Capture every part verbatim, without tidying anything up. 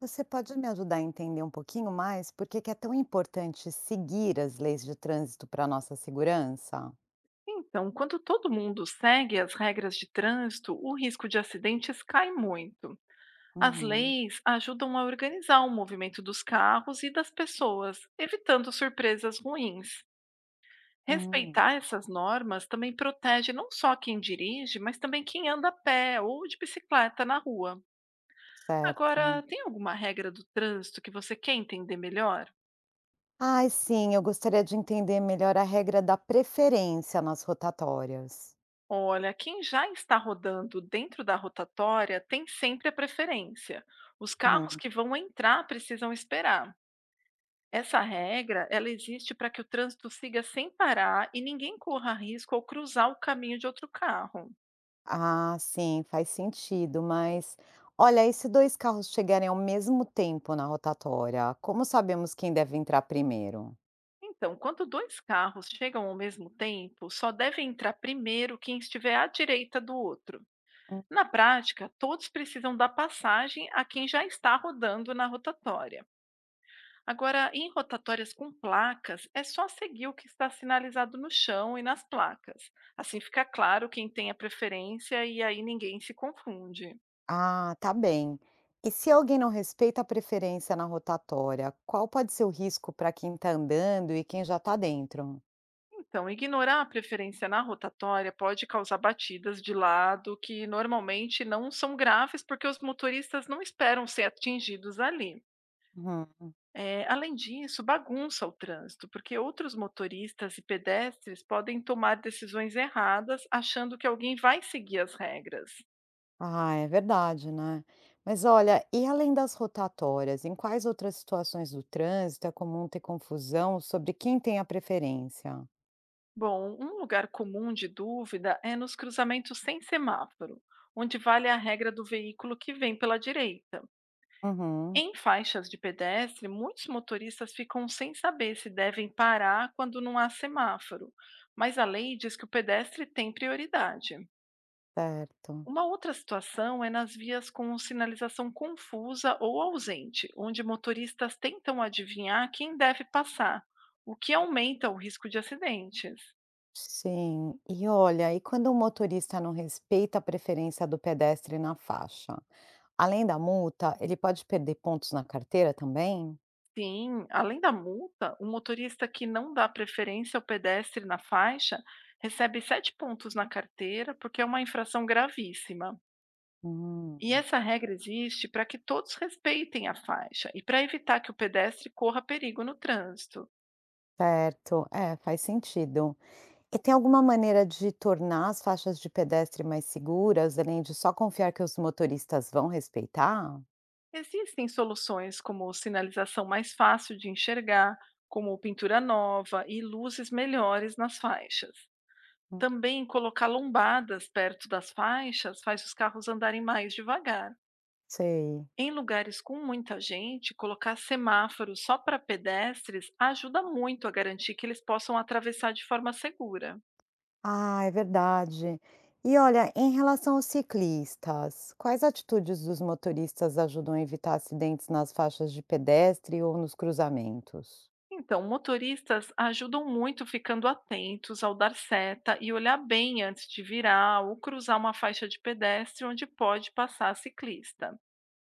Você pode me ajudar a entender um pouquinho mais por que que é tão importante seguir as leis de trânsito para nossa segurança? Então, quando todo mundo segue as regras de trânsito, o risco de acidentes cai muito. As Uhum. leis ajudam a organizar o movimento dos carros e das pessoas, evitando surpresas ruins. Hum, Respeitar essas normas também protege não só quem dirige, mas também quem anda a pé ou de bicicleta na rua. Agora, certo. tem alguma regra do trânsito que você quer entender melhor? Ai, sim, eu gostaria de entender melhor a regra da preferência nas rotatórias. Olha, quem já está rodando dentro da rotatória tem sempre a preferência. Os carros Uhum. que vão entrar precisam esperar. Essa regra, ela existe para que o trânsito siga sem parar e ninguém corra risco ao cruzar o caminho de outro carro. Ah, sim, faz sentido, mas olha, e se dois carros chegarem ao mesmo tempo na rotatória, como sabemos quem deve entrar primeiro? Então, quando dois carros chegam ao mesmo tempo, só deve entrar primeiro quem estiver à direita do outro. Na prática, todos precisam dar passagem a quem já está rodando na rotatória. Agora, em rotatórias com placas, é só seguir o que está sinalizado no chão e nas placas. Assim fica claro quem tem a preferência e aí ninguém se confunde. Ah, tá bem. E se alguém não respeita a preferência na rotatória, qual pode ser o risco para quem está andando e quem já está dentro? Então, ignorar a preferência na rotatória pode causar batidas de lado que normalmente não são graves porque os motoristas não esperam ser atingidos ali. Uhum. Eh, além disso, bagunça o trânsito, porque outros motoristas e pedestres podem tomar decisões erradas achando que alguém vai seguir as regras. Ah, é verdade, né? Mas olha, e além das rotatórias, em quais outras situações do trânsito é comum ter confusão sobre quem tem a preferência? Bom, um lugar comum de dúvida é nos cruzamentos sem semáforo, onde vale a regra do veículo que vem pela direita. Uhum, Em faixas de pedestre, muitos motoristas ficam sem saber se devem parar quando não há semáforo, mas a lei diz que o pedestre tem prioridade. certo. Uma outra situação é nas vias com sinalização confusa ou ausente, onde motoristas tentam adivinhar quem deve passar, o que aumenta o risco de acidentes. Sim. E olha, e quando o motorista não respeita a preferência do pedestre na faixa? Além da multa, ele pode perder pontos na carteira também? Sim, além da multa, o motorista que não dá preferência ao pedestre na faixa recebe sete pontos na carteira, porque é uma infração gravíssima. Hum, E essa regra existe para que todos respeitem a faixa e para evitar que o pedestre corra perigo no trânsito. certo. É, faz sentido. E tem alguma maneira de tornar as faixas de pedestre mais seguras, além de só confiar que os motoristas vão respeitar? Existem soluções como sinalização mais fácil de enxergar, como pintura nova e luzes melhores nas faixas. Hum. Também colocar lombadas perto das faixas faz os carros andarem mais devagar. Sei. Em lugares com muita gente, colocar semáforos só para pedestres ajuda muito a garantir que eles possam atravessar de forma segura. Ah, é verdade. E olha, em relação aos ciclistas, quais atitudes dos motoristas ajudam a evitar acidentes nas faixas de pedestre ou nos cruzamentos? Então, motoristas ajudam muito ficando atentos ao dar seta e olhar bem antes de virar ou cruzar uma faixa de pedestre onde pode passar ciclista.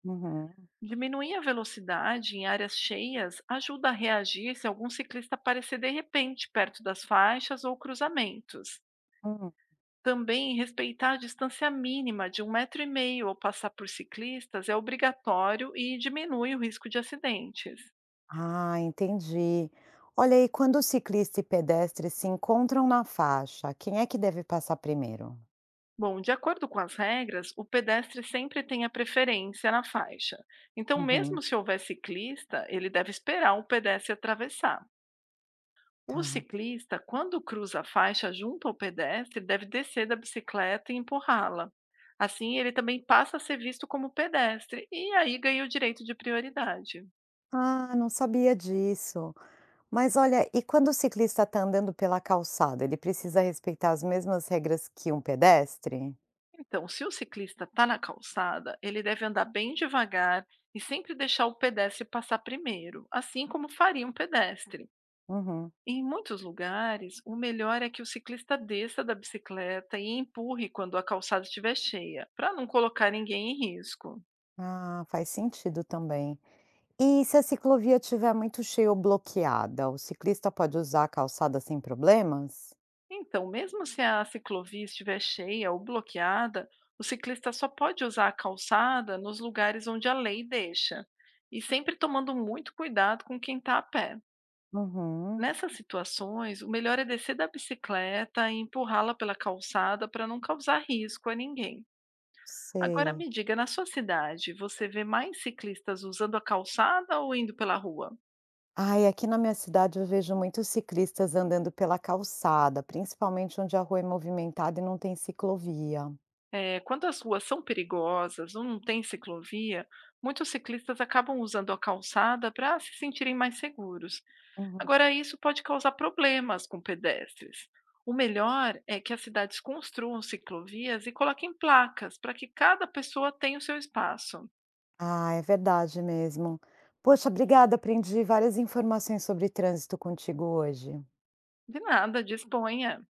Uhum. Diminuir a velocidade em áreas cheias ajuda a reagir se algum ciclista aparecer de repente perto das faixas ou cruzamentos. Hum. Também respeitar a distância mínima de um metro e meio ao passar por ciclistas é obrigatório e diminui o risco de acidentes. Ah, entendi. Olha aí, quando ciclista e pedestre se encontram na faixa, quem é que deve passar primeiro? Bom, de acordo com as regras, o pedestre sempre tem a preferência na faixa. Então, Uhum, mesmo se houver ciclista, ele deve esperar o pedestre atravessar. O tá. ciclista, quando cruza a faixa junto ao pedestre, deve descer da bicicleta e empurrá-la. Assim, ele também passa a ser visto como pedestre e aí ganha o direito de prioridade. Ah, não sabia disso. Mas olha, e quando o ciclista está andando pela calçada, ele precisa respeitar as mesmas regras que um pedestre? Então, se o ciclista está na calçada, ele deve andar bem devagar e sempre deixar o pedestre passar primeiro, assim como faria um pedestre. Uhum. Em muitos lugares, o melhor é que o ciclista desça da bicicleta e empurre quando a calçada estiver cheia, para não colocar ninguém em risco. Ah, faz sentido também. E se a ciclovia estiver muito cheia ou bloqueada, o ciclista pode usar a calçada sem problemas? Então, mesmo se a ciclovia estiver cheia ou bloqueada, o ciclista só pode usar a calçada nos lugares onde a lei deixa, e sempre tomando muito cuidado com quem está a pé. Uhum, Nessas situações, o melhor é descer da bicicleta e empurrá-la pela calçada para não causar risco a ninguém. Agora sei. me diga, na sua cidade, você vê mais ciclistas usando a calçada ou indo pela rua? Ai, aqui na minha cidade eu vejo muitos ciclistas andando pela calçada, principalmente onde a rua é movimentada e não tem ciclovia. É, quando as ruas são perigosas ou não tem ciclovia, muitos ciclistas acabam usando a calçada para se sentirem mais seguros. Uhum. Agora, isso pode causar problemas com pedestres. O melhor é que as cidades construam ciclovias e coloquem placas para que cada pessoa tenha o seu espaço. Ah, é verdade mesmo. Poxa, obrigada, aprendi várias informações sobre trânsito contigo hoje. De nada, disponha.